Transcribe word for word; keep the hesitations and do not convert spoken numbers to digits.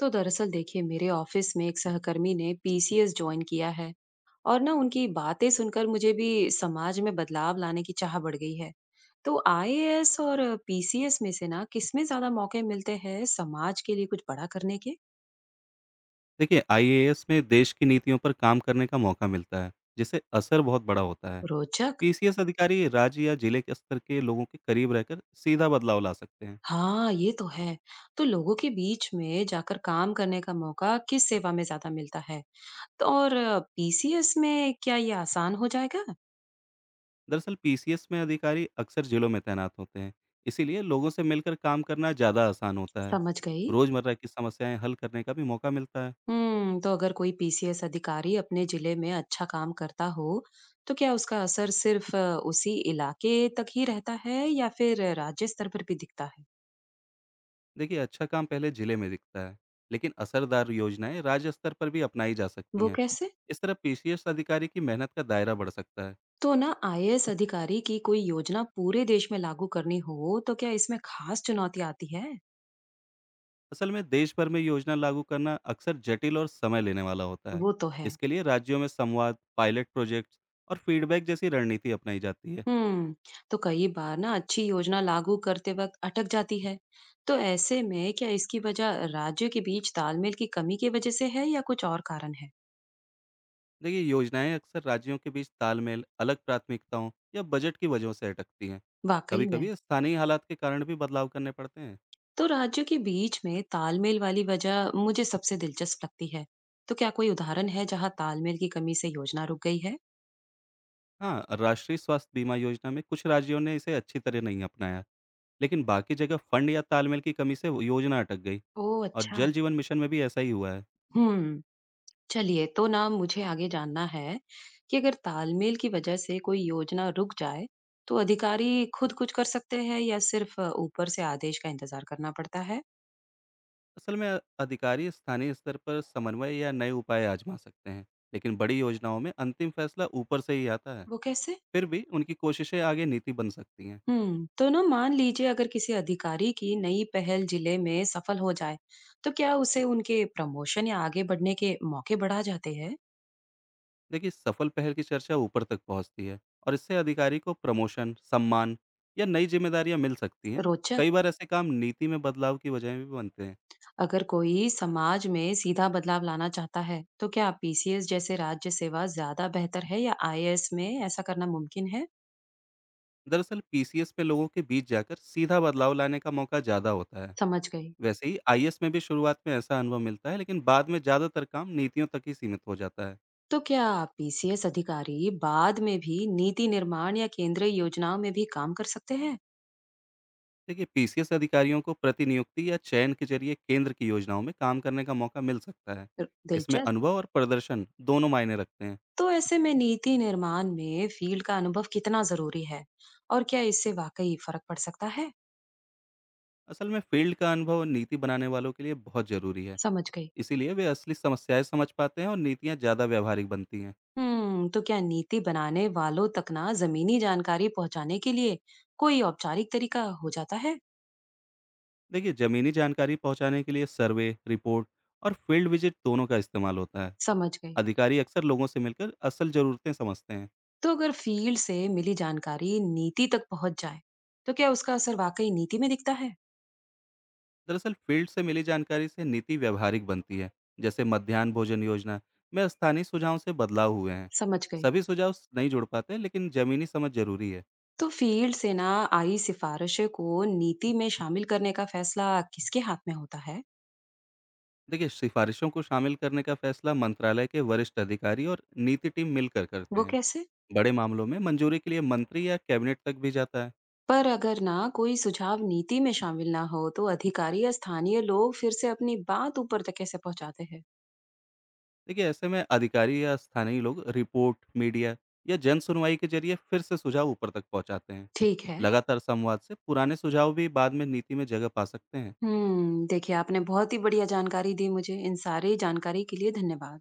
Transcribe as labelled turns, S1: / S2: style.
S1: तो दरअसल देखिए, मेरे ऑफिस में एक सहकर्मी ने पीसीएस ज्वाइन किया है और ना उनकी बातें सुनकर मुझे भी समाज में बदलाव लाने की चाह बढ़ गई है। तो आईएएस और पीसीएस में से ना किसमें ज्यादा मौके मिलते हैं समाज के लिए कुछ बड़ा करने के?
S2: देखिए, आई ए एस में देश की नीतियों पर काम करने का मौका मिलता है, जिससे असर बहुत बड़ा होता है।
S1: रोचक।
S2: पी सी एस अधिकारी राज्य या जिले के स्तर के लोगों के करीब रहकर सीधा बदलाव ला सकते हैं।
S1: हाँ ये तो है। तो लोगों के बीच में जाकर काम करने का मौका किस सेवा में ज्यादा मिलता है? तो और पीसीएस में क्या ये आसान हो जाएगा?
S2: दरअसल पी सी एस में अधिकारी अक्सर जिलों में तैनात होते हैं, इसीलिए लोगों से मिलकर काम करना ज़्यादा आसान होता है।
S1: समझ गई।
S2: रोज़मर्रा की समस्याएं हल करने का भी मौका मिलता है।
S1: हम्म। तो अगर कोई पीसीएस अधिकारी अपने जिले में अच्छा काम करता हो तो क्या उसका असर सिर्फ अ, उसी इलाके तक ही रहता है या फिर राज्य स्तर पर भी दिखता है?
S2: देखिए, अच्छा काम पहले जिले में दिखता है, लेकिन असरदार योजनाएं राज्य स्तर पर भी अपनाई जा सकती
S1: वो
S2: हैं।
S1: कैसे?
S2: इस तरह पी सी एस अधिकारी की मेहनत का दायरा बढ़ सकता है।
S1: तो ना आईएएस अधिकारी की कोई योजना पूरे देश में लागू करनी हो तो क्या इसमें खास चुनौती आती है?
S2: असल में देश भर में योजना लागू करना अक्सर जटिल और समय लेने वाला होता है।
S1: वो तो है।
S2: इसके लिए राज्यों में संवाद, पायलट प्रोजेक्ट्स और फीडबैक जैसी रणनीति अपनाई जाती है।
S1: हम्म। तो कई बार ना अच्छी योजना लागू करते वक्त अटक जाती है। तो ऐसे में क्या इसकी वजह राज्य के बीच तालमेल की कमी की वजह से है या कुछ और कारण है?
S2: देखिए, योजनाएं अक्सर राज्यों के बीच तालमेल, अलग प्राथमिकताओं या बजट की वजहों से अटकती हैं। कभी
S1: वाकई में।
S2: कभी स्थानीय हालात के कारण भी बदलाव करने पड़ते हैं।
S1: तो राज्यों के बीच में तालमेल वाली वजह मुझे सबसे दिलचस्प लगती है। तो क्या कोई उदाहरण है जहां तालमेल की कमी से योजना रुक गई है?
S2: हाँ, राष्ट्रीय स्वास्थ्य बीमा योजना में कुछ राज्यों ने इसे अच्छी तरह नहीं अपनाया, लेकिन बाकी जगह फंड या तालमेल की कमी से वो योजना अटक गई।
S1: ओह
S2: और
S1: अच्छा।
S2: जल जीवन मिशन में भी ऐसा ही हुआ है।
S1: हम्म। चलिए, तो ना मुझे आगे जानना है कि अगर तालमेल की वजह से कोई योजना रुक जाए तो अधिकारी खुद कुछ कर सकते हैं या सिर्फ अ, ऊपर से आदेश का इंतजार करना पड़ता है?
S2: असल में अ- अधिकारी स्थानीय स्तर पर समन्वय या नए उपाय आजमा सकते हैं, लेकिन बड़ी योजनाओं में अंतिम फैसला ऊपर से ही आता है।
S1: वो कैसे?
S2: फिर भी उनकी कोशिशें आगे नीति बन सकती हैं।
S1: हम्म। तो ना मान लीजिए अगर किसी अधिकारी की नई पहल जिले में सफल हो जाए तो क्या उसे उनके प्रमोशन या आगे बढ़ने के मौके बढ़ा जाते हैं?
S2: देखिए, सफल पहल की चर्चा ऊपर तक पहुंचती है और इससे अधिकारी को प्रमोशन, सम्मान या नई जिम्मेदारियां मिल सकती हैं।
S1: रोचक।
S2: कई बार ऐसे काम नीति में बदलाव की वजह भी बनते हैं।
S1: अगर कोई समाज में सीधा बदलाव लाना चाहता है तो क्या पीसीएस जैसे राज्य सेवा ज्यादा बेहतर है या आईएएस में ऐसा करना मुमकिन है?
S2: दरअसल पीसीएस में लोगों के बीच जाकर सीधा बदलाव लाने का मौका ज़्यादा होता है।
S1: समझ गई।
S2: वैसे ही आई ए एस में भी शुरुआत में ऐसा अनुभव मिलता है, लेकिन बाद में ज़्यादातर काम नीतियों तक ही सीमित हो जाता है।
S1: तो क्या पीसीएस अधिकारी बाद में भी नीति निर्माण या केंद्रीय योजनाओं में भी काम कर सकते हैं?
S2: देखिए, पी सी एस अधिकारियों को प्रतिनियुक्ति या चयन के जरिए केंद्र की योजनाओं में काम करने का मौका मिल सकता है। इसमें
S1: दिलचस्प।
S2: अनुभव और प्रदर्शन दोनों मायने रखते हैं।
S1: तो ऐसे में नीति निर्माण में फील्ड का अनुभव कितना जरूरी है और क्या इससे वाकई फर्क पड़ सकता है?
S2: असल में फील्ड का अनुभव नीति बनाने वालों के लिए बहुत जरूरी है।
S1: समझ गई।
S2: इसीलिए वे असली समस्याएं समझ पाते हैं और नीतियां ज़्यादा व्यावहारिक बनती हैं।
S1: हम्म। तो क्या नीति बनाने वालों तक ना जमीनी जानकारी पहुंचाने के लिए कोई औपचारिक तरीका हो जाता है?
S2: देखिए, ज़मीनी जानकारी पहुंचाने के लिए सर्वे, रिपोर्ट और फील्ड विजिट दोनों का इस्तेमाल होता है।
S1: समझ गई।
S2: अधिकारी अक्सर लोगों से मिलकर असल ज़रूरतें समझते हैं।
S1: तो अगर फील्ड से मिली जानकारी नीति तक पहुंच जाए तो क्या उसका असर वाकई नीति में दिखता है?
S2: दरअसल फील्ड से मिली जानकारी से नीति व्यवहारिक बनती है। जैसे मध्यान्ह भोजन योजना में स्थानीय सुझावों से बदलाव हुए हैं।
S1: समझ गई।
S2: सभी सुझाव स- नहीं जुड़ पाते, लेकिन जमीनी समझ जरूरी है।
S1: तो फील्ड से ना आई सिफारिशें को नीति में शामिल करने का फैसला किसके हाथ में होता है?
S2: देखिए, सिफारिशों को शामिल करने का फैसला मंत्रालय के वरिष्ठ अधिकारी और नीति टीम मिलकर करते
S1: वो
S2: हैं।
S1: कैसे?
S2: बड़े मामलों में मंजूरी के लिए मंत्री या कैबिनेट तक भी जाता है।
S1: पर अगर ना कोई सुझाव नीति में शामिल ना हो तो अधिकारी या स्थानीय लोग फिर से अपनी बात ऊपर तक कैसे पहुंचाते हैं?
S2: देखिए, ऐसे में अधिकारी या स्थानीय लोग रिपोर्ट, मीडिया या जन सुनवाई के जरिए फिर से सुझाव ऊपर तक पहुंचाते हैं।
S1: ठीक है।
S2: लगातार संवाद से पुराने सुझाव भी बाद में नीति में जगह पा सकते हैं।
S1: हम्म। देखिए, आपने बहुत ही बढ़िया जानकारी दी, मुझे इन सारी जानकारी के लिए धन्यवाद।